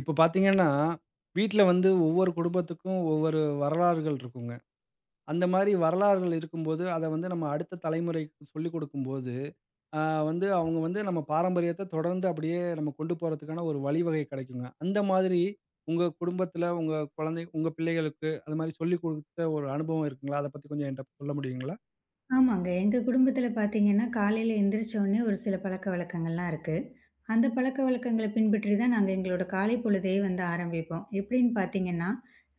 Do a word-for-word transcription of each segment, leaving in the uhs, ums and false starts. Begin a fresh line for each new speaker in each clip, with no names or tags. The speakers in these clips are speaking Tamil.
இப்ப பார்த்தீங்கன்னா, வீட்ல வந்து ஒவ்வொரு குடும்பத்துக்கும் ஒவ்வொரு வரலாறுகள் இருக்குங்க. அந்த மாரி வரலாறுகள் இருக்கும்போது, அத வந்து நம்ம அடுத்த தலைமுறைக்கு சொல்லிக் குடுக்கும்போது, ஆ வந்து அவங்க வந்து நம்ம பாரம்பரியத்த தொடர்ந்து அப்படியே நம்ம கொண்டு போறதுக்கான ஒரு வழிவகை கிடைக்குங்க. அந்த மாதிரி உங்க குடும்பத்துல உங்க குழந்தை உங்க பிள்ளைகளுக்கு அது மாரி சொல்லிக் குடுத்த ஒரு அனுபவம் இருக்குங்களா? அத பத்தி கொஞ்சம் என்ட்ட சொல்ல முடியுங்களா?
ஆமாங்க. எங்க குடும்பத்தில பார்த்தீங்கன்னா, காலையில எந்திரிச்ச உடனே ஒரு சில பழக்கவழக்கங்கள்லாம் இருக்கு. அந்த பழக்கவழக்கங்கள பின்பற்றி தான் நாங்க எங்களோட காலை பொழுதையே வந்து ஆரம்பிப்போம். எப்படின்னு பார்த்தீங்கன்னா,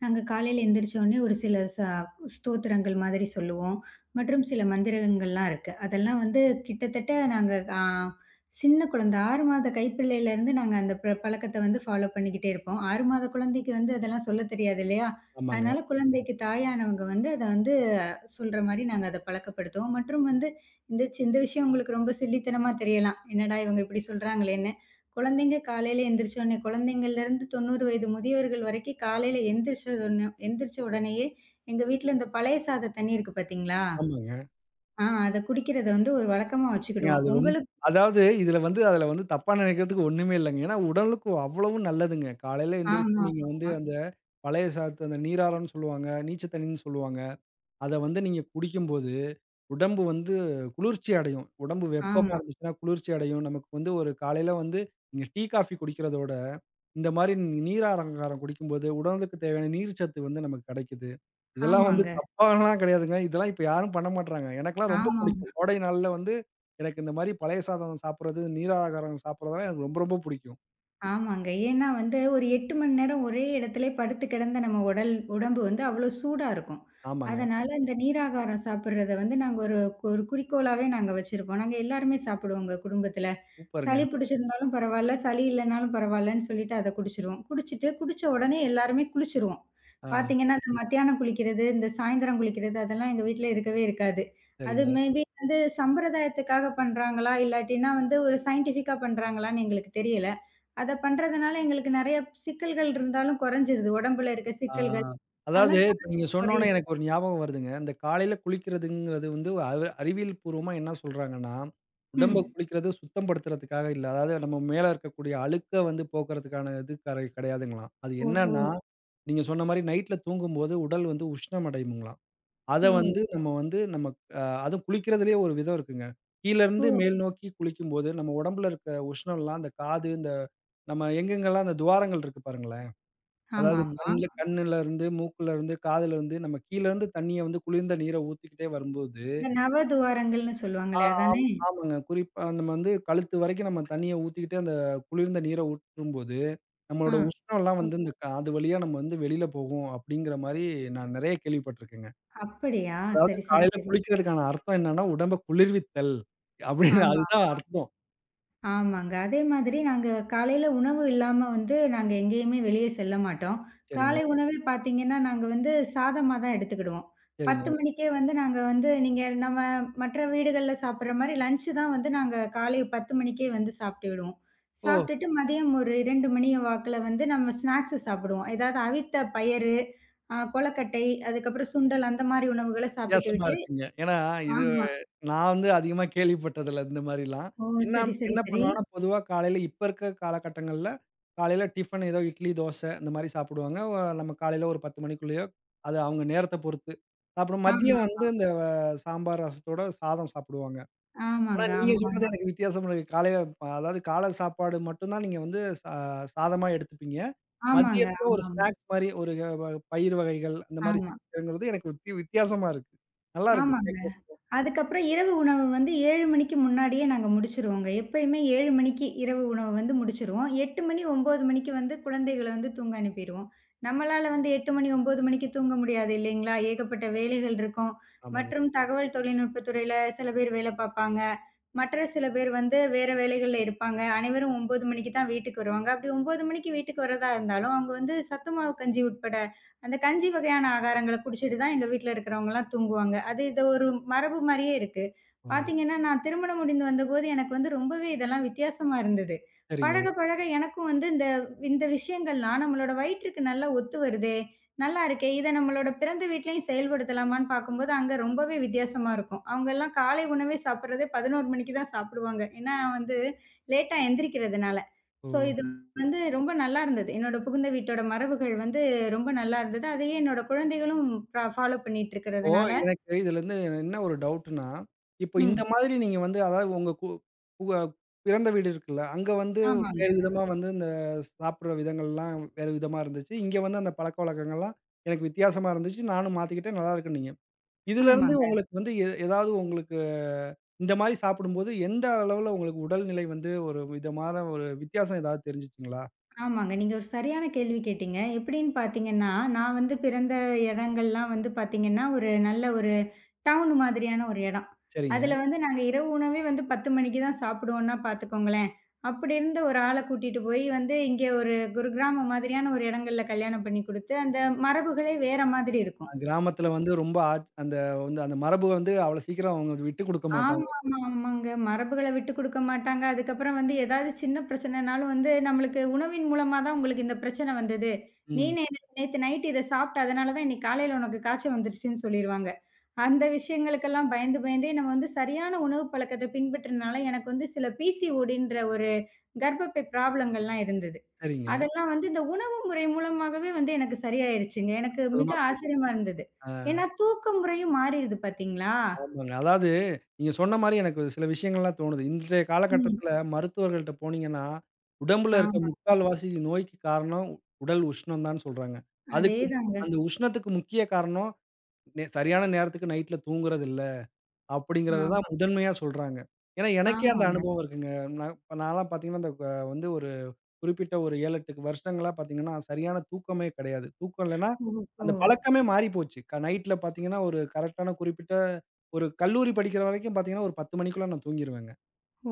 நாங்க காலையில எந்திரிச்ச உடனே ஒரு சில ச ஸ்தோத்திரங்கள் மாதிரி சொல்லுவோம். மற்றும் சில மந்திரங்கள்லாம் இருக்கு. அதெல்லாம் வந்து கிட்டத்தட்ட நாங்க ஆ சின்ன குழந்தை ஆறு மாத கைப்பிள்ளையிலேருந்து நாங்க அந்த ப பழக்கத்த வந்து ஃபாலோ பண்ணிக்கிட்டே இருப்போம். ஆறு மாத குழந்தைக்கு வந்து அதெல்லாம் சொல்ல தெரியாது இல்லையா?
ஆமாங்க,
அதனால குழந்தைக்கு தாயானவங்க வந்து அத வந்து சொல்ற மாரி நாங்க அத பழக்கப்படுத்துவோம். மற்றும் வந்து இந்த சி இந்த விஷயம் உங்களுக்கு ரொம்ப சில்லித்தனமா தெரியலாம். என்னடா இவங்க இப்படி சொல்றாங்களேன்னு. குழந்தைங்க காலையில எந்திரிச்ச உடனே குழந்தைங்கள்லேருந்து தொண்ணூறு வயது முதியவர்கள் வரைக்கும் காலையில எந்திரிச்சதுன்னு எந்திரிச்ச உடனேயே எங்க வீட்ல இந்த பழைய சாத தண்ணி இருக்கு பார்த்தீங்களா?
ஆமாங்க.
ஆ அத குடிக்கிறத வந்து ஒரு வழக்கமா
ஏங்க
வச்சுக்கிடுவோம்.
அது ரொம்ப
உங்களுக்கு
அதாவது இதுல வந்து அதுல வந்து தப்பா நினைக்கிறதுக்கு ஒண்ணுமே இல்லங்க. ஏன்னா, உடலுக்கு அவ்வளவும் நல்லதுங்க. காலையில எந்திரிச்சு
ஆமா,
நீங்க வந்து
ஆமா,
அந்த பழைய சாத்து அந்த நீராறன்னு சொல்லுவாங்க, நீச்ச தண்ணீன்னு சொல்லுவாங்க. அத வந்து நீங்க குடிக்கும்போது, உடம்பு வந்து குளிர்ச்சி அடையும். உடம்பு வெப்பமா
ஆமா,
இருந்துச்சுன்னா குளிர்ச்சி அடையும். நமக்கு வந்து ஒரு காலையில வந்து நீங்க டீ, காஃபி குடிக்கிறதோட, இந்த மாரி நீராகாரம் குடிக்கும்போது, உடலுக்கு தேவையான நீர்ச்சத்து வந்து நமக்கு கெடைக்குது. இதெல்லாம் வந்து
ஆமாங்க.
தப்பாலாம் கெடையாதுங்க. இதெல்லாம் இப்ப யாரும் பண்ண மாட்றாங்க. எனக்கெல்லாம் ரொம்ப
ஆமாமா.
புடிக்கும். கோடை நாள்ல வந்து எனக்கு இந்த மாரி பழைய சாதம் சாப்பிடுறது, நீராகாரம் சாப்பிடுறதெல்லாம் எனக்கு ரொம்ப ரொம்ப புடிக்கும்.
ஆமாங்க. ஏன்னா வந்து ஒரு எட்டு மணி நேரம் ஒரே இடத்திலே படுத்து கிடந்த நம்ம உடல் உடம்பு வந்து அவ்வளோ சூடா இருக்கும்.
ஆமாங்க.
அதனால இந்த நீராகாரம் சாப்பிடுறத வந்து நாங்க ஒரு ஒரு குறிக்கோளாவே நாங்க வச்சிருப்போம். நாங்க எல்லாருமே சாப்பிடுவோங்க குடும்பத்தில.
சூப்பருங்க.
சளி பிடிச்சிருந்தாலும் பரவால்ல, சளி இல்லனாலும் பரவால்லன்னு சொல்லிட்டு அத குடிச்சிருவோம். குடிச்சிட்டு குடிச்ச உடனே எல்லாருமே குளிச்சிருவோம்.
ஆ,
பார்த்தீங்கன்னா, இந்த மத்தியானம் குளிக்கிறது, இந்த சாயந்தரம் குளிக்கிறது அதெல்லாம் எங்க வீட்ல இருக்கவே இருக்காது. அது
சரிங்க.
மேபி வந்து சம்பிரதாயத்துக்காக பண்றாங்களா? இல்லாட்டின்னா வந்து ஒரு சயின்டிஃபிக்கா பண்றாங்களான்னு எங்களுக்கு தெரியல. அத பண்றதுனால எங்களுக்கு நெறைய சிக்கல்கள் இருந்தாலும் குறைஞ்சிருது. உடம்புல இருக்க
ஆ.
சிக்கல்கள்
அதாவது
அதெல்லாம்
இப்ப
தான்
நீங்க சொன்னோனே
குறையுது.
எனக்கு ஒரு ஞாபகம் வருதுங்க. இந்த காலையில குளிக்கிறதுங்கிறது வந்து அறி அறிவியல் பூர்வமா என்ன சொல்றாங்கன்னா, உடம்ப
ம்.
குளிக்கிறது சுத்தப்படுத்துறதுக்காக இல்ல. அதாவது நம்ம மேல இருக்கக்கூடிய அழுக்க வந்து போக்குறதுக்கான இது கரை கிடையாதுங்களாம். அது
ஓஹோ!
என்னன்னா, ம். நீங்க சொன்ன மாரி நைட்ல தூங்கும்போது உடல் வந்து உஷ்ணம் அடையுங்களாம். அத
ஓ!
வந்து நம்ம வந்து நம்ம அ அதுவும் குளிக்கிறதுலயே ஒரு விதம் இருக்குங்க.
ஓ!
கீழருந்து மேல் நோக்கி குளிக்கும்போது நம்ம உடம்புல இருக்க உஷ்ணம்லாம் அந்த காது, இந்த நம்ம எங்கெங்கலாம் அந்த துவாரங்கள் இருக்கு பாருங்களேன். அதாவது
ஆமாமா.
கண்ல கண்ணுல இருந்து, மூக்குல இருந்து, காதுல இருந்து நம்ம கீழ இருந்து தண்ணிய வந்து குளிர்ந்த நீர ஊத்திக்கிட்டே வரும்போது
இந்த நவதுவாரங்கள்னு
ஆ
சொல்லுவாங்களே
ஆம்
அதானே?
ஆமாங்க. குறிப்பா நம்ம வந்து கழுத்து வரைக்கும் நம்ம தண்ணிய ஊத்திக்கிட்டே அந்த குளிர்ந்த நீர ஊற்றும்போது,
ஆ.
நம்மளோட உஷ்ணம்லாம்
ஓ!
வந்து இந்த காது வழியா நம்ம வந்து வெளில போகும் அப்படிங்கிற மாரி நான் நெறைய கேள்விப்பட்டுருக்கேங்க.
அப்படியா?
அதாவது
சரி, சரி,
காலையில
சரி.
குளிக்கிறதுக்கான அர்த்தம் என்னன்னா, உடம்ப குளிர்வித்தல் அப்படின்னு
ஆமா.
அதுதான் அர்த்தம்.
ஆமாங்க. அதே மாதிரி நாங்க காலையில உணவு இல்லாம வந்து நாங்க எங்கேயுமே வெளிய செல்ல மாட்டோம்.
சரிங்க,
காலை உணவே பார்த்தீங்கன்னா, நாங்க வந்து சாதமா தான் எடுத்துக்கிடுவோம். பத்து
சரிங்க.
மணிக்கே வந்து நாங்க வந்து நீங்க நம்ம மற்ற வீடுகள்ல சாப்பிடுற மாரி லஞ்ச் தான் வந்து நாங்க காலை பத்து மணிக்கே வந்து சாப்பிட்டு விடுவோம்.
ஓ!
சாப்பிட்டுட்டு மதியம் ஒரு இரண்டு மணி வாக்குல வந்து நம்ம ஸ்நாக்ஸ் சாப்பிடுவோம். ஏதாவது அவித்த பயறு, அ கொழக்கட்டை, அதுக்கப்புறம் சுண்டல் அந்த மாரி உணவுகள சாப்பிட்டு
வித்தியாசமா
விட்டு
இருக்குங்க. ஏன்னா இது
ஆமா.
நான் வந்து அதிகமா கேள்விப்பட்டதில்ல இந்த மாரிலாம்.
ஓ!
என்ன
சரி, சரி,
என்ன
சரி.
பண்ணுவாங்கன்னா, பொதுவா காலையில இப்ப இருக்க காலகட்டங்கள்ல, காலையில டிஃபன் ஏதோ இட்லி, தோசை இந்த மாரி சாப்பிடுவாங்க. ஒ நம்ம காலையில ஒரு பத்து மணிக்குள்ளேயோ, அது அவங்க நேரத்த பொறுத்து. அப்புறம்
ஆமா,
மதியம் வந்து இந்த அஹ், சாம்பார் ரசத்தோட சாதம் சாப்பிடுவாங்க. ஆனா
ஆமாங்க.
நீங்க
ஆமா, ஆமாங்க.
சொல்றது எனக்கு வித்தியாசமா இருக்கு. காலையில ப- அதாவது காலை சாப்பாடு மட்டும் தான் நீங்க வந்து சா சாதமா எடுத்துப்பீங்க.
ஆமாங்க.
மதியத்துல ஒரு
ஆமாமா.
ஸ்நாக்ஸ் மாரி ஒரு அஹ், பயிர் வகைகள் அந்த மாரி
ஆமா.
சேர்த்துக்கங்கிறது எனக்கு வித்தி வித்தியாசமா இருக்கு. நல்லா இருக்கு
ஆமாங்க.
கேட்கறதுக்கு.
அதுக்கப்புறம் இரவு உணவு வந்து ஏழு மணிக்கு முன்னாடியே நாங்க முடிச்சுருவோங்க. எப்பயுமே ஏழு மணிக்கு இரவு உணவு வந்து முடிச்சுருவோம். எட்டு மணி, ஒன்பது மணிக்கு வந்து குழந்தைகள வந்து தூங்க அனுப்பிருவோம். நம்மளால வந்து எட்டு மணி, ஒன்பது மணிக்கு தூங்க முடியாது இல்லைங்களா? ஏகப்பட்ட வேலைகள் இருக்கும்.
ஆமாங்க.
மற்றும் தகவல் தொழில்நுட்பத் துறையில சில பேர் வேலை பார்ப்பாங்க. மற்ற சில பேர் வந்து வேற வேலைகள்ல இருப்பாங்க. அனைவரும் ஒன்பது மணிக்கு தான் வீட்டுக்கு வருவாங்க. அப்படி ஒன்பது மணிக்கு வீட்டுக்கு வர்றதா இருந்தாலும், அவங்க வந்து சத்து மாவு கஞ்சி உட்பட அந்த கஞ்சி வகையான ஆகாரங்கள குடிச்சிட்டு தான் எங்க வீட்ல இருக்கிறவங்கலாம் தூங்குவாங்க. அது இது ஒரு மரபு மாரியே இருக்கு.
ஓ!
பார்த்தீங்கன்னா, நான் திருமணம் முடிந்து வந்தபோது எனக்கு வந்து ரொம்பவே இதெல்லாம் வித்தியாசமா இருந்தது.
சரிங்க.
பழக, பழக எனக்கும் வந்து இந்த இந்த விஷயங்கள்லாம் நம்மளோட வயிற்றுக்கு நல்லா ஒத்து வருதே! நல்லா இருக்கே! இத நம்மளோட பிறந்த வீட்லயும் செயல்படுத்தலாமான்னு பார்க்கும்போது, அங்க ரொம்பவே வித்தியாசமா இருக்கும். அவங்கலாம் காலை உணவே சாப்பிடுறதே பதினொன்று மணிக்கு தான் சாப்பிடுவாங்க. ஏன்னா வந்து லேட்டா எந்திரிக்கிறதுனால.
ஓ!
ஸோ இது வந்து ரொம்ப நல்லா இருந்தது. என்னோட புகுந்த வீட்டோட மரபுகள் வந்து ரொம்ப நல்லா இருந்தது. அதையே என்னோட குழந்தைகளும் ப ஃபாலோ பண்ணிட்டு
இப்போ
இருக்கிறதுனால
எனக்கு இதுலருந்து என்ன ஒரு டவுட்ன்னா, இப்போ இந்த
ம்.
மாதிரி நீங்க வந்து அதாவது உங்க கு உங்க பிறந்த வீடு இருக்குல்ல, அங்க வந்து
ஆமாங்க,
வேறு விதமா வந்து இந்த சாப்பிடுற விதங்கள்லாம் வேறு விதமா இருந்துச்சு. இங்க வந்து அந்த பழக்கவழக்கங்கள்லாம் எனக்கு வித்தியாசமா இருந்துச்சு. நானும் மாத்திக்கிட்டேன் நல்லா இருக்குன்னீங்க. இதுலருந்து
ஆமாங்க,
உங்களுக்கு வந்து எ ஏதாவது உங்களுக்கு இந்த மாரி சாப்பிடும்போது எந்த அளவுல உங்களுக்கு உடல்நிலை வந்து ஒரு விதமான ஒரு வித்தியாசம் ஏதாவது தெரிஞ்சுச்சுங்களா?
ஆமாங்க. நீங்க ஒரு சரியான கேள்வி கேட்டீங்க. எப்படின்னு பார்த்தீங்கன்னா, நான் வந்து பிறந்த இடங்கள்லாம் வந்து பார்த்தீங்கன்னா, ஒரு நல்ல ஒரு டவுன் மாதிரியான ஒரு இடம்.
சரிங்க.
அதில வந்து நாங்க இரவு உணவே வந்து பத்து மணிக்கு தான் சாப்பிடுவோம்னா பார்த்துக்கோங்களேன். அப்படி இருந்த ஒரு ஆள கூட்டிட்டு போய் வந்து இங்கே ஒரு குருகிராமம் மாதிரியான ஒரு இடங்கள்ல கல்யாணம் பண்ணி குடுத்து, அந்த மரபுகளே வேற மாதிரி இருக்கும்.
கிராமத்துல வந்து ரொம்ப ஆட் அந்த வந்து அந்த மரபு வந்து அவ்வளோ சீக்கிரம் அவங்க விட்டு குடுக்க மாட்டாங்க.
ஆமாமா, ஆமாங்க. மரபுகள விட்டுக் குடுக்க மாட்டாங்க. அதுக்கப்புறம் வந்து ஏதாவது சின்ன பிரச்சனைனாலும் வந்து நம்மளுக்கு உணவின் மூலமா தான் உங்களுக்கு இந்த பிரச்சனை வந்தது. நீ
ம்.
நே நேத்து நைட் இத சாப்பிட்ட, அதனால தான் இன்னைக்கு காலையில உனக்கு காய்ச்சல் வந்துருச்சுன்னு சொல்லிருவாங்க. அந்த விஷயங்களுக்கெல்லாம் பயந்து பயந்தே நம்ம வந்து சரியான உணவு பழக்கத்த பின்பற்றினால எனக்கு வந்து சில பிசிஓடின்ற ஒரு கர்ப்பப்பை ப்ராப்ளங்கள்லாம் இருந்தது.
சரிங்க.
அதெல்லாம் வந்து இந்த உணவு முறை மூலமாகவே வந்து எனக்கு சரியாயிருச்சுங்க. எனக்கு மிக
அற்புதமா சொல்றீங்க.
ஆச்சரியமா இருந்தது.
ஆ
ஏன்னா தூக்க முறையும் மாறிருது பார்த்தீங்களா?
ஆமாங்க. அதாவது நீங்க சொன்ன மாரி எனக்கு ஒரு சில விஷயங்கள்லாம் தோணுது. இன்றைய
ம்.
காலகட்டத்துல மருத்துவர்கள்ட்ட போனீங்கன்னா, உடம்புல
ஆ.
இருக்க முக்கால்வாசி நோய்க்கு காரணம் உ- உடல் உஷ்ணம் தான் சொல்றாங்க. அதுக்கு
அதேதாங்க.
அந்த உஷ்ணத்துக்கு முக்கிய காரணம் நே சரியான நேரத்துக்கு நைட்ல தூங்குறது இல்ல, அப்படிங்கிறத தான்
ஆமா,
முதன்மையா சொல்றாங்க. ஏன்னா, எனக்கே அந்த
ஆமாங்க.
அனுபவம் இருக்குங்க. நான் இப்ப நான்லாம் பார்த்தீங்கன்னா, இந்த க வந்து ஒரு குறிப்பிட்ட ஒரு ஏழு, எட்டு வருஷங்களா பார்த்தீங்கன்னா, சரியான தூக்கமே கிடையாது. தூக்கம் இல்லன்னா,
ஓஹோ!
அந்த பழக்கமே மாறி போச்சு. க நைட்ல பார்த்தீங்கன்னா, ஒரு கரெக்ட்டான குறிப்பிட்ட ஒரு கல்லூரி படிக்கிற வரைக்கும் பார்த்தீங்கன்னா, ஒரு பத்து மணிக்குள்ள நான் தூங்கிருவேங்க.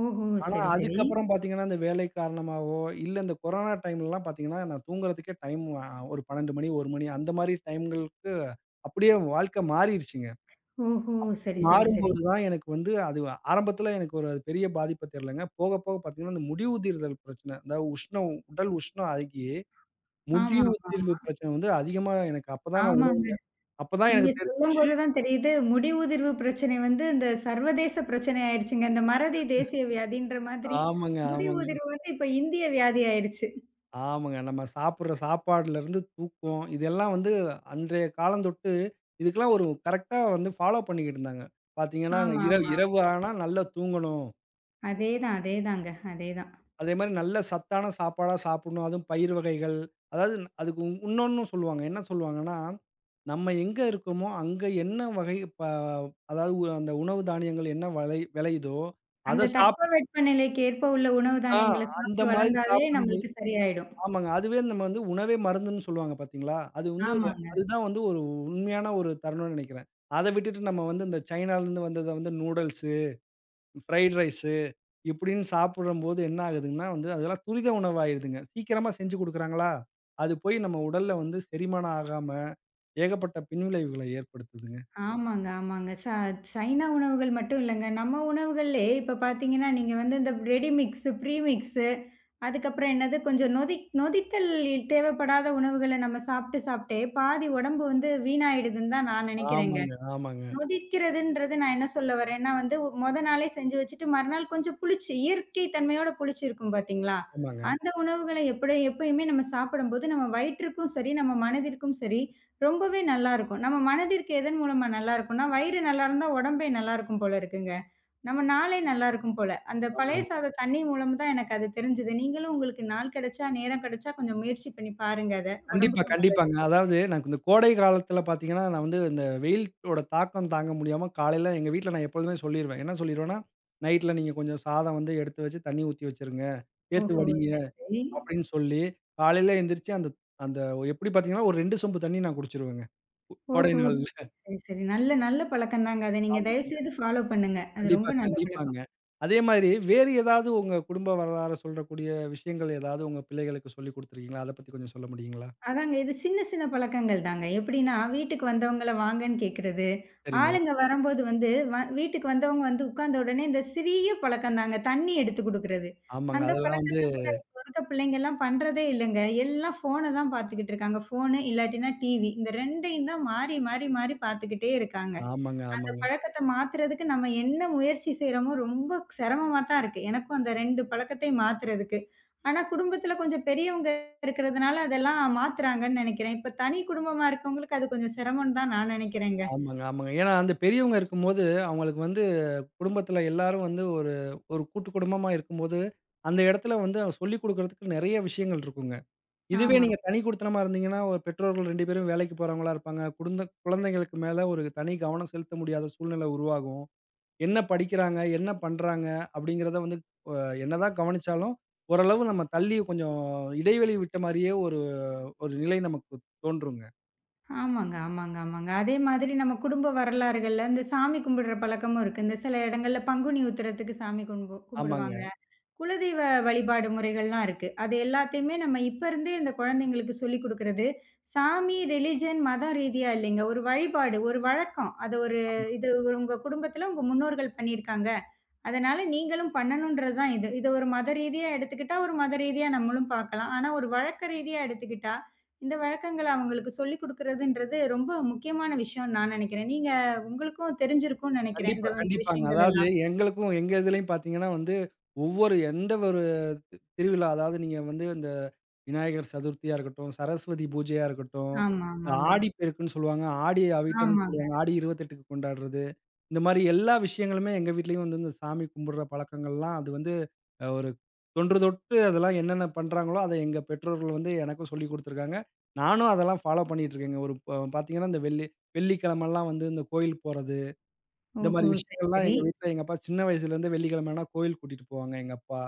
ஓஹோ!
ஆனா,
சரி, சரி.
அதுக்கப்புறம் பார்த்தீங்கன்னா, இந்த வேலை காரணமாவோ, இல்ல இந்த கொரோனா டைம்லலாம் பார்த்தீங்கன்னா, நான் தூங்குறதுக்கே டைம் அ ஒரு பன்னிரெண்டு மணி, ஒரு மணி அந்த மாரி டைம்களுக்கு அப்படியே வாழ்க்கை மாறிருச்சுங்க.
ஓஹோ! சரி, சரி, சரி.
மாறும்போது தான் எனக்கு வந்து அது ஆரம்பத்தில எனக்கு ஒரு அது பெரிய பாதிப்ப தெரியலங்க. போக போக பார்த்தீங்கன்னா, இந்த முடிவுதிர்தல் பிரச்சனை, அதாவது உஷ்ணம் உடல் உஷ்ணம் அழுகி
ஆமா,
முடிவு
ஆமா.
தீர்வு பிரச்சனை வந்து அதிகமா எனக்கு அப்பதான் நான் உண
ஆமாங்க.
அப்பதான்
நீங்க
எனக்கு தெரிஞ்சுச்சு.
சொல்லும்போது தான் தெரியுது, முடி உதிர்வு பிரச்சனை வந்து இந்த சர்வதேச பிரச்சனை ஆயிருச்சுங்க. இந்த மறதி தேசிய வியாதின்ற மாதிரி,
ஆமாங்க,
முடி
ஆமாங்க,
உதிர்வு வந்து இப்ப இந்திய வியாதி ஆயிருச்சு.
ஆமாங்க. நம்ம சாப்பிடுற சாப்பாடுலருந்து தூக்கம், இதெல்லாம் வந்து அன்றைய காலந்தொட்டு இதுக்கெல்லாம் ஒரு கரெக்ட்டா வந்து ஃபாலோ பண்ணிக்கிட்டு இருந்தாங்க. பார்த்தீங்கன்னா,
ஆமா,
இரவு
ஆமா.
இரவு ஆனா நல்லா தூங்கணும்.
அதேதான், அதேதாங்க. அதேதான்.
அதேமாரி நல்ல சத்தான சாப்பாடா சாப்பிடணும். அதுவும் பயிர் வகைகள். அதாவது அதுக்கு இன்னொன்னும் சொல்லுவாங்க. என்ன சொல்லுவாங்கன்னா, நம்ம எங்க இருக்கோமோ, அங்க என்ன வகை ப அதாவது அந்த உணவு தானியங்கள் என்ன வலை விளையுதோ, அத
அந்த
சாப்
தட்பவெட்ப நிலைக்கு ஏற்ப உள்ள உணவு
ஆ,
தானியங்கள
அந்த
சாப்பிட்டு
மாதிரி
வளர்ந்தாலே
சாப்பிடும்போது
நம்மளுக்கு சரியாயிடும்.
ஆமாங்க. அதுவே நம்ம வந்து உணவே மருந்துன்னு சொல்லுவாங்க பார்த்தீங்களா? அது வந்து
ஆமாங்க.
அதுதான் வந்து ஒரு உண்மையான ஒரு தருணம்னு நெனைக்கிறேன். அத விட்டுட்டு நம்ம வந்து இந்த சைனாலருந்து வந்தத வந்து நூடுல்ஸு, ஃப்ரைட் ரைஸு இப்படின்னு சாப்பிடும்போது என்ன ஆகுதுங்கன்னா வந்து, அதெல்லாம் துரித உணவாயிருதுங்க. சீக்கிரமா செஞ்சு குடுக்குறாங்களா? அது போய் நம்ம உடல்ல வந்து செரிமானம் ஆகாம ஏகப்பட்ட பின்விளைவுகள ஏற்படுத்துதுங்க.
ஆமாங்க, ஆமாங்க. ச சைனா உணவுகள் மட்டும் இல்லங்க. நம்ம உணவுகள்லயே இப்ப பார்த்தீங்கன்னா, நீங்க வந்து இந்த ரெடி மிக்ஸு, ப்ரீ மிக்ஸு அதுக்கப்புறம் என்னது கொஞ்சம் நொதி நொதித்தல் தேவைப்படாத உணவுகள நம்ம சாப்பிட்டு சாப்பிட்டே பாதி உடம்பு வந்து வீணாயிடுதுன்னு தான் நான் நெனைக்கிறேங்க.
ஆமாங்க, ஆமாங்க,
நொதிக்கிறதுன்றது நான் என்ன சொல்ல வரேன்னா வந்து, ஒ- மொத நாளே செஞ்சு வச்சுட்டு மறுநாள் கொஞ்சம் புளிச்சு, இயற்கை தன்மையோட புளிச்சிருக்கும் பார்த்தீங்களா?
ஆமாங்க,
அந்த உணவுகள எப்படி எப்பயுமே நம்ம சாப்பிடும்போது, நம்ம வயிற்றுக்கும் சரி, நம்ம மனதிற்கும் சரி, ரொம்பவே நல்லாருக்கும். நம்ம மனதிற்கு எதன் மூலமா நல்லாருக்கும்னா, வயிறு நல்லாருந்தா உடம்பே நல்லாருக்கும் போல இருக்குங்க. நம்ம நாளே நல்லாருக்கும் போல. அந்த பழைய
ஆமாங்க.
சாத தண்ணி மூலம் தான் எனக்கு அது தெரிஞ்சது. நீங்களும் உங்களுக்கு நாள் கிடைச்சா, நேரம் கிடைச்சா கொஞ்சம் முயற்சி பண்ணி பாருங்க அத.
கண்டிப்பா,
உடம்புக்கும் நல்ல
கண்டிப்பாங்க. அதாவது எனக்கு இந்த கோடை காலத்துல பாத்தீங்கன்னா, நான் வந்து இந்த வெயிலோட தாக்கம் தாங்க முடியாம காலையில எங்க வீட்ல நான் எப்பொழுதுமே சொல்லிருவேன். என்ன சொல்லிருவேன்னா, "நைட்ல நீங்க கொஞ்சம் சாதம் வந்து எடுத்து வச்சு தண்ணி ஊத்தி வச்சுருங்க. சேர்த்து
ஓஹோ!
வடிங்க."
சரி, சரி.
அப்படின்னு சொல்லி காலையில எந்திரிச்சு அந்த அந்த எப்படி பாத்தீங்கன்னா, ஒரு ரெண்டு சொம்பு தண்ணி நான் குடிச்சுருவேங்க. கோடை
ஓஹோ!
நாள்ல.
சரி, சரி, சரி. நல்ல நல்ல பழக்கம்தாங்க. அத நீங்க
ஆமாங்க.
தயவுசெய்து ஃபாலோ பண்ணுங்க. அது
கண்டிப்பா,
ரொம்ப நல்ல
கண்டிப்பாங்க.
பழக்கம்.
அதே மாரி வேறு ஏதாவது உங்க குடும்ப வரலாற சொல்றக்கூடிய விஷயங்கள் ஏதாவது உங்க பிள்ளைகளுக்கு சொல்லிக் குடுத்துருக்கீங்களா? அத பத்தி கொஞ்சம் சொல்ல முடியுங்களா?
அதாங்க இது சின்ன சின்ன பழக்கங்கள் தாங்க. எப்படின்னா, வீட்டுக்கு வந்தவங்கள வாங்கன்னு கேட்கிறது,
சரிங்க.
ஆளுங்க வரம்போது வந்து வ வீட்டுக்கு வந்தவங்க வந்து உட்கார்ந்த உடனே இந்த சிறிய பழக்கம்தாங்க. தண்ணி எடுத்து குடுக்குறது.
ஆமாங்க.
அந்த
அதெல்லாம் வந்து
பழக்கத்த கூட இப்ப இருக்க பிள்ளைங்கலாம் பண்றதே இல்லங்க. எல்லாம் ஃபோன தான் பார்த்துக்கிட்டு இருக்காங்க. ஃபோனு இல்லாட்டினா டிவி. இந்த 2யும் தான் மாறி மாறி மாறி பார்த்துக்கிட்டே இருக்காங்க.
ஆமாங்க,
அந்த
ஆமாங்க.
பழக்கத்த மாத்துறதுக்கு நம்ம என்ன முயற்சி செய்றோமோ, ரொம்ப சிரமமா தான் இருக்கு. எனக்கும் அந்த ரெண்டு பழக்கத்தை மாத்துறதுக்கு. ஆனா, குடும்பத்துல கொஞ்சம் பெரியவங்க இருக்கிறதுனால அதெல்லாம் மாத்துறாங்கன்னு நெனைக்கிறேன். இப்ப தனி குடும்பமா இருக்கவங்களுக்கு அது கொஞ்சம் சிரமம்னு தான் நான் நெனைக்கிறேங்க.
ஆமாங்க, ஆமாங்க. ஏன்னா அந்த பெரியவங்க இருக்கும்போது, அவங்களுக்கு வந்து குடும்பத்தில எல்லாரும் வந்து ஒரு ஒரு கூட்டு குடும்பமா இருக்கும்போது, அந்த இடத்துல வந்து சொல்லிக் குடுக்குறதுக்கு நெறைய விஷயங்கள் இருக்குங்க. இதுவே
ஆமா.
நீங்க தனி குடித்தனமா இருந்தீங்கன்னா, ஒரு பெற்றோர்கள் ரெண்டு பேரும் வேலைக்கு போறவங்களா இருப்பாங்க. குடுந்த குழந்தைங்களுக்கு மேல ஒரு தனி கவனம் செலுத்த முடியாத சூழ்நிலை உருவாகும். என்ன படிக்கிறாங்க? என்ன பண்றாங்க? அப்படிங்கிறத வந்து அ என்னதான் கவனிச்சாலும், ஓரளவு நம்ம தள்ளி கொஞ்சம் இடைவெளி விட்ட மாரியே ஒரு ஒரு நிலை நமக்கு தோன்றுங்க.
ஆமாங்க, ஆமாங்க, ஆமாங்க. அதே மாதிரி நம்ம குடும்ப வரலாறுகள்ல இந்த சாமி கும்பிடுற பழக்கமும் இருக்கு. இந்த சில இடங்கள்ல பங்குனி உத்திரத்துக்கு சாமி கும்பு கும்பிடுவாங்க.
ஆமாங்க.
குலதெய்வ வழிபாடு முறைகள்லாம் இருக்கு. அது எல்லாத்தையுமே நம்ம இப்ப இருந்தே இந்த குழந்தைங்களுக்கு சொல்லிக் குடுக்கிறது, சாமி, ரிலிஜன், மதம் ரீதியா இல்லைங்க. ஒரு வழிபாடு, ஒரு வழக்கம். அது ஒரு
ஆமா.
இது ஒரு உங்க குடும்பத்துல உங்க முன்னோர்கள் பண்ணியிருக்காங்க. அதனால நீங்களும் பண்ணணுன்றது தான் இது. இத ஒரு மத ரீதியா எடுத்துக்கிட்டா, ஒரு மத ரீதியா நம்மளும் பார்க்கலாம். ஆனா ஒரு வழக்க ரீதியா எடுத்துக்கிட்டா, இந்த வழக்கங்கள அவங்களுக்கு சொல்லிக் குடுக்கிறதுன்றது ரொம்ப முக்கியமான விஷயம்னு நான் நெனைக்கிறேன். நீங்க உங்களுக்கும் தெரிஞ்சிருக்கும்னு நெனைக்கிறேன்.
கண்டிப்பா,
இந்த வந்து
கண்டிப்பாங்க.
விஷயங்கள்
அதாவது
எல்லாம்.
எங்களுக்கும் எங்க இதுலயும் பார்த்தீங்கன்னா வந்து, ஒவ்வொரு எந்த ஒரு திருவிழா அதாவது நீங்க வந்து இந்த விநாயகர் சதுர்த்தியா இருக்கட்டும், சரஸ்வதி பூஜையா இருக்கட்டும்,
ஆமா,
இந்த
ஆமாங்க.
ஆடிப்பெருக்குன்னு சொல்லுவாங்க, ஆடி அவிட்டம்னு
ஆமாங்க.
சொல்லுவாங்க, ஆடி இருபத்தெட்டுக்கு கொண்டாடுறது. இந்த மாரி எல்லா விஷயங்களுமே எங்க வீட்லயும் வந்து இந்த சாமி கும்பிடுற பழக்கங்கள்லாம் அது வந்து அ ஒரு தொன்று தொட்டு அதெல்லாம் என்னென்ன பண்றாங்களோ, அத எங்க பெற்றோர்கள் வந்து எனக்கும் சொல்லிக் குடுத்துருக்காங்க. நானும் அதெல்லாம் ஃபாலோ பண்ணிட்டு இருக்கேங்க. ஒரு ப பார்த்தீங்கன்னா, இந்த வெள்ளி வெள்ளிக்கிழமலாம் வந்து இந்த கோயில் போறது. இந்த மாரி
ஓஹோ! சரி,
விஷயங்கள்லாம்
சரி.
எங்க வீட்ல எங்க அப்பா சின்ன வயசுலேருந்து வெள்ளிக்கிழமைனா கோயில் கூட்டிட்டு போவாங்க எங்க அப்பா.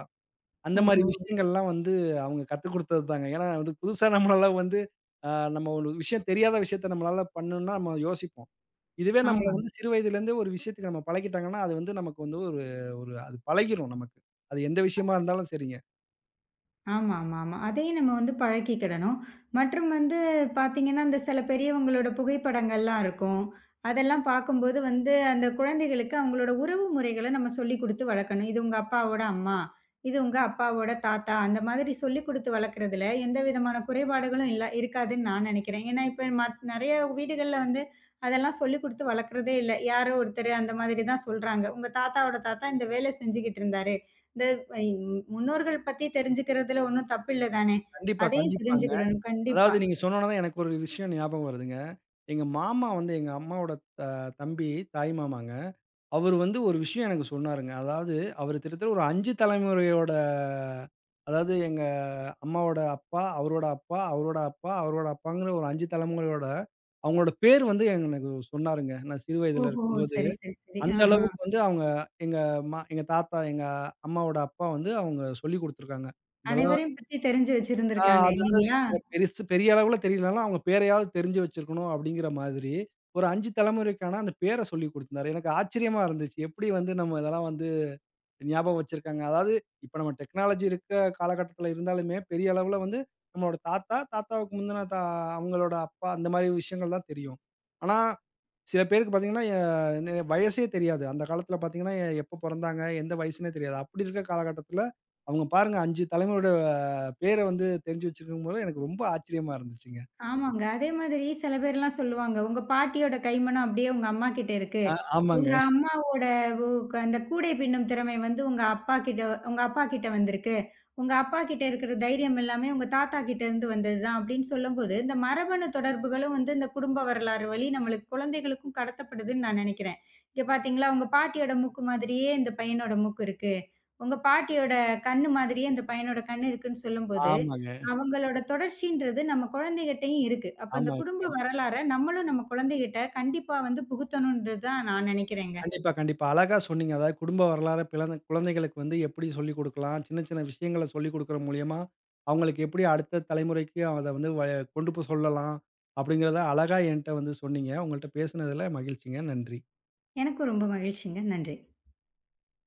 அந்த மாரி
ஓஹோ!
விஷயங்கள்லாம் வந்து அவங்க கத்துக் குடுத்தது தாங்க. ஏன்னா வந்து புதுசா நம்மளால வந்து அ நம்ம ஒரு விஷயம் தெரியாத விஷயத்த நம்மளால பண்ணணும்னா நம்ம யோசிப்போம். இதுவே நம்மள
ஆமாங்க.
வந்து சிறு வயதிலேருந்தே ஒரு விஷயத்துக்கு நம்ம பழக்கிட்டாங்கன்னா, அது வந்து நமக்கு வந்து ஒரு ஒரு அது பழகிரும் நமக்கு. அது எந்த விஷயமா இருந்தாலும் சரிங்க.
ஆமா, ஆமா, ஆமா. அதையும் நம்ம வந்து பழக்கிக்கிடணும். மற்றும் வந்து பார்த்தீங்கன்னா, அந்த சில பெரியவங்களோட புகைப்படங்கள்லாம் இருக்கும். அதெல்லாம் பார்க்கும்போது வந்து அந்த குழந்தைகளுக்கு அவங்களோட உறவு முறைகள நம்ம சொல்லிக் குடுத்து வளர்க்கணும். இது உங்க அப்பாவோட அம்மா, இது உங்க அப்பாவோட தாத்தா, அந்த மாதிரி சொல்லிக் குடுத்து வளர்க்கறதுல எந்த விதமான குறைபாடுகளும் இல்ல இருக்காதுன்னு நான் நெனைக்கிறேன். ஏன்னா, இப்ப மத் நெறைய வீடுகள்ல வந்து அதெல்லாம் சொல்லிக் குடுத்து வளர்க்கறதே இல்ல. யாரோ ஒருத்தர் அந்த மாதிரி தான் சொல்றாங்க. உங்க தாத்தாவோட தாத்தா இந்த வேலை செஞ்சுகிட்டு இருந்தாரு. இந்த ஐ முன்னோர்கள் பத்தி தெரிஞ்சுக்கிறதுல ஒண்ணும் தப்பில்ல தானே!
கண்டிப்பா,
அதையும்
கண்டிப்பாங்க.
தெரிஞ்சுக்கிடணும் கண்டிப்பா.
அதாவது நீங்க சொன்னோன தான் எனக்கு ஒரு விஷயம் ஞாபகம் வருதுங்க. எங்க மாமா வந்து எங்க அம்மாவோட த தம்பி தாய் மாமாங்க. அவரு வந்து ஒரு விஷயம் எனக்கு சொன்னாருங்க. அதாவது அவரு கிட்டத்தட்ட ஒரு ஐந்து தலைமுறையோட அதாவது எங்க அம்மாவோட அப்பா, அவரோட அப்பா, அவரோட அப்பா, அவரோட அப்பாங்கிற ஒரு ஐந்து தலைமுறையோட அவங்களோட பேர் வந்து எனக்கு சொன்னாருங்க. நான் சிறு வயதில
ஓஹோ!
இருக்கும்போது.
சரி, சரி, சரி.
அந்த
ஆஹா.
அளவுக்கு வந்து அவங்க எங்க மா எங்க தாத்தா, எங்க அம்மாவோட அப்பா வந்து அவங்க சொல்லிக் குடுத்துருக்காங்க. இதெல்லாம்
அனைவரையும் பத்தி தெரிஞ்சு
ஆ
வச்சிருந்திருக்காங்க
அதாவது
இல்லீங்களா?
எனக்கு பெருசு பெரிய அளவுல தெரியலனாலும் அவங்க பேரையாவது தெரிஞ்சு வச்சிருக்கணும் அப்படிங்கிற மாதிரி ஒரு ஐந்து தலைமுறைக்கான அந்த பேர சொல்லிக் குடுத்துருந்தாரு. எனக்கு ஆச்சரியமா இருந்துச்சு. எப்படி வந்து நம்ம இதெல்லாம் வந்து ஞாபகம் வச்சிருக்காங்க. அதாவது இப்ப நம்ம டெக்னாலஜி இருக்க காலகட்டத்துல இருந்தாலுமே, பெரிய அளவுல வந்து நம்மளோட தாத்தா, தாத்தாவுக்கு முந்தின தா அவங்களோட அப்பா அந்த மாரி விஷயங்கள் தான் தெரியும். ஆனா, சில பேருக்கு பார்த்தீங்கன்னா, எ நெ வயசே தெரியாது. அந்த காலத்துல பார்த்தீங்கன்னா, எ எப்ப பொறந்தாங்க? எந்த வயசுன்னே தெரியாது. அப்படி இருக்க காலகட்டத்துல, அவங்க பாருங்க ஐந்து தலைமுறையோட பேர வந்து தெரிஞ்சு வச்சிருக்கும்போது, எனக்கு ரொம்ப ஆச்சரியமா இருந்துச்சுங்க.
ஆமாங்க. அதே மாதிரி சில பேர்லாம் சொல்லுவாங்க, "உங்க பாட்டியோட கைமணம் அப்படியே உங்க அம்மா கிட்ட இருக்கு.
ஆ ஆமாங்க,
உங்க அம்மாவோட உ க அந்த கூடை பின்னும் திறமை வந்து உங்க அப்பா கிட்ட உங்க அப்பா கிட்ட வந்திருக்கு. உங்க அப்பா கிட்ட இருக்கிற தைரியம் எல்லாமே உங்க தாத்தா கிட்ட இருந்து வந்தது தான்" அப்படின்னு சொல்லும்போது, இந்த மரபணு தொடர்புகளும் வந்து இந்த குடும்ப வரலாறு வழி நம்மளுக்கு குழந்தைகளுக்கும் கடத்தப்படுதுன்னு நான் நெனைக்கிறேன். இங்க பார்த்தீங்களா, உங்க பாட்டியோட மூக்கு மாதிரியே இந்த பையனோட மூக்கு இருக்கு. உங்க பாட்டியோட கண்ணு மாதிரியே இந்த பையனோட கண்ணு இருக்குன்னு சொல்லும்போது,
ஆமாங்க,
அவங்களோட தொடர்ச்சின்றது நம்ம குழந்தைகிட்டயும் இருக்கு. அப்ப அந்த குடும்ப
ஆமாங்க.
வரலாற நம்மளும் நம்ம குழந்தைகிட்ட கண்டிப்பா வந்து புகுத்தணும்ன்றது தான் நான் நினைக்கிறேங்க.
கண்டிப்பா, கண்டிப்பா. அழகா சொன்னீங்க. அதாவது குடும்ப வரலாற பிளந்த குழந்தைகளுக்கு வந்து எப்படி சொல்லிக் குடுக்கலாம்? சின்ன, சின்ன விஷயங்கள சொல்லிக் குடுக்குற மூலியமா, அவங்களுக்கு எப்படி அடுத்த தலைமுறைக்கு அத வந்து வ கொண்டு போய் சொல்லலாம்? அப்படிங்கிறத அழகா என்ட்ட வந்து சொன்னீங்க. உங்கள்ட்ட பேசுனதுல மகிழ்ச்சிங்க. நன்றி.
எனக்கும் ரொம்ப மகிழ்ச்சிங்க. நன்றி.